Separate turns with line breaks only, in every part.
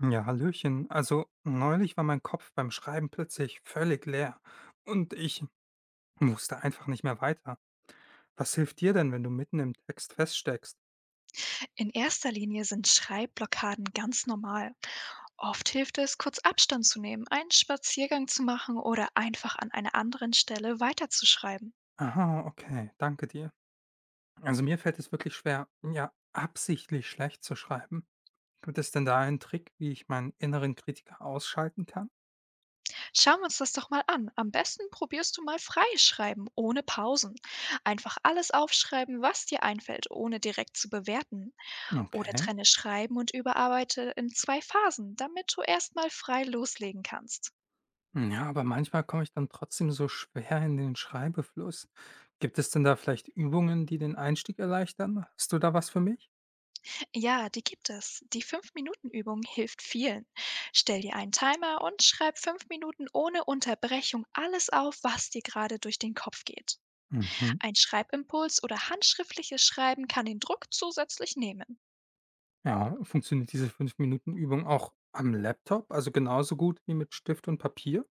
Ja, hallöchen. Also, neulich war mein Kopf beim Schreiben plötzlich völlig leer und ich wusste einfach nicht mehr weiter. Was hilft dir denn, wenn du mitten im Text feststeckst?
In erster Linie sind Schreibblockaden ganz normal. Oft hilft es, kurz Abstand zu nehmen, einen Spaziergang zu machen oder einfach an einer anderen Stelle weiterzuschreiben.
Aha, okay, danke dir. Also, mir fällt es wirklich schwer, ja, absichtlich schlecht zu schreiben. Gibt es denn da einen Trick, wie ich meinen inneren Kritiker ausschalten kann?
Schauen wir uns das doch mal an. Am besten probierst du mal freies Schreiben, ohne Pausen. Einfach alles aufschreiben, was dir einfällt, ohne direkt zu bewerten. Oder
Okay.
trenne Schreiben und überarbeite in zwei Phasen, damit du erstmal frei loslegen kannst.
Ja, aber manchmal komme ich dann trotzdem so schwer in den Schreibefluss. Gibt es denn da vielleicht Übungen, die den Einstieg erleichtern? Hast du da was für mich?
Ja, die gibt es. Die 5-Minuten-Übung hilft vielen. Stell dir einen Timer und schreib 5 Minuten ohne Unterbrechung alles auf, was dir gerade durch den Kopf geht.
Mhm.
Ein Schreibimpuls oder handschriftliches Schreiben kann den Druck zusätzlich nehmen.
Ja, funktioniert diese 5-Minuten-Übung auch am Laptop, also genauso gut wie mit Stift und Papier?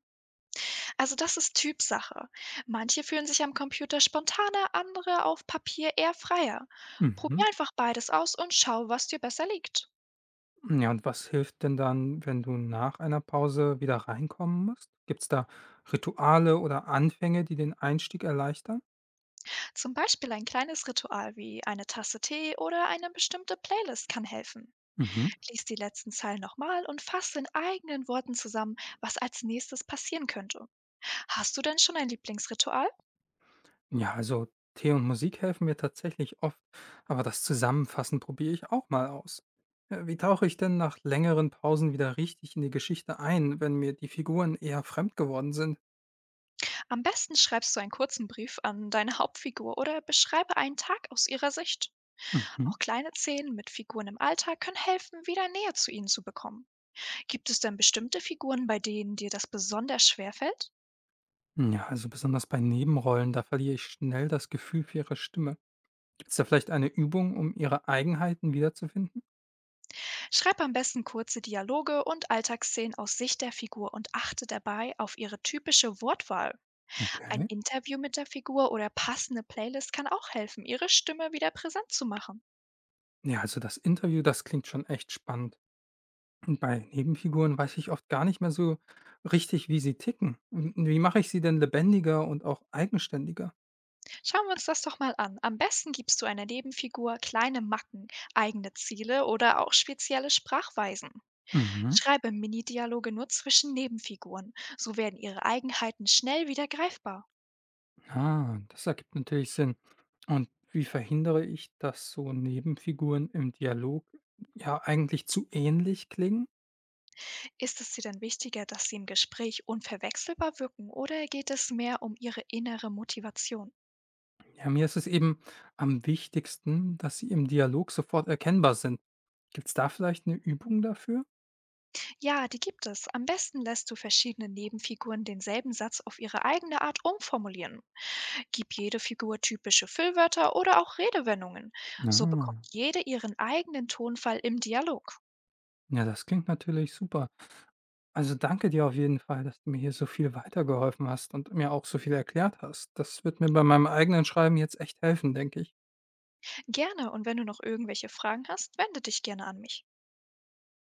Also das ist Typsache. Manche fühlen sich am Computer spontaner, andere auf Papier eher freier.
Mhm.
Probier einfach beides aus und schau, was dir besser liegt.
Ja, und was hilft denn dann, wenn du nach einer Pause wieder reinkommen musst? Gibt's da Rituale oder Anfänge, die den Einstieg erleichtern?
Zum Beispiel ein kleines Ritual wie eine Tasse Tee oder eine bestimmte Playlist kann helfen.
Mhm.
Lies die letzten Zeilen nochmal und fasse in eigenen Worten zusammen, was als Nächstes passieren könnte. Hast du denn schon ein Lieblingsritual?
Ja, also Tee und Musik helfen mir tatsächlich oft, aber das Zusammenfassen probiere ich auch mal aus. Wie tauche ich denn nach längeren Pausen wieder richtig in die Geschichte ein, wenn mir die Figuren eher fremd geworden sind?
Am besten schreibst du einen kurzen Brief an deine Hauptfigur oder beschreibe einen Tag aus ihrer Sicht.
Mhm.
Auch kleine Szenen mit Figuren im Alltag können helfen, wieder näher zu ihnen zu bekommen. Gibt es denn bestimmte Figuren, bei denen dir das besonders schwer fällt?
Hm, ja, also besonders bei Nebenrollen, da verliere ich schnell das Gefühl für ihre Stimme. Gibt es da vielleicht eine Übung, um ihre Eigenheiten wiederzufinden?
Schreib am besten kurze Dialoge und Alltagsszenen aus Sicht der Figur und achte dabei auf ihre typische Wortwahl. Ein
Okay.
Interview mit der Figur oder passende Playlist kann auch helfen, ihre Stimme wieder präsent zu machen.
Ja, also das Interview, das klingt schon echt spannend. Und bei Nebenfiguren weiß ich oft gar nicht mehr so richtig, wie sie ticken. Und wie mache ich sie denn lebendiger und auch eigenständiger?
Schauen wir uns das doch mal an. Am besten gibst du einer Nebenfigur kleine Macken, eigene Ziele oder auch spezielle Sprachweisen.
Mhm.
Schreibe Mini-Dialoge nur zwischen Nebenfiguren. So werden ihre Eigenheiten schnell wieder greifbar.
Ah, das ergibt natürlich Sinn. Und wie verhindere ich, dass so Nebenfiguren im Dialog ja eigentlich zu ähnlich klingen?
Ist es dir denn wichtiger, dass sie im Gespräch unverwechselbar wirken oder geht es mehr um ihre innere Motivation?
Ja, mir ist es eben am wichtigsten, dass sie im Dialog sofort erkennbar sind. Gibt's da vielleicht eine Übung dafür?
Ja, die gibt es. Am besten lässt du verschiedene Nebenfiguren denselben Satz auf ihre eigene Art umformulieren. Gib jede Figur typische Füllwörter oder auch Redewendungen. So
Ah.
bekommt jede ihren eigenen Tonfall im Dialog.
Ja, das klingt natürlich super. Also, danke dir auf jeden Fall, dass du mir hier so viel weitergeholfen hast und mir auch so viel erklärt hast. Das wird mir bei meinem eigenen Schreiben jetzt echt helfen, denke ich.
Gerne, und wenn du noch irgendwelche Fragen hast, wende dich gerne an mich.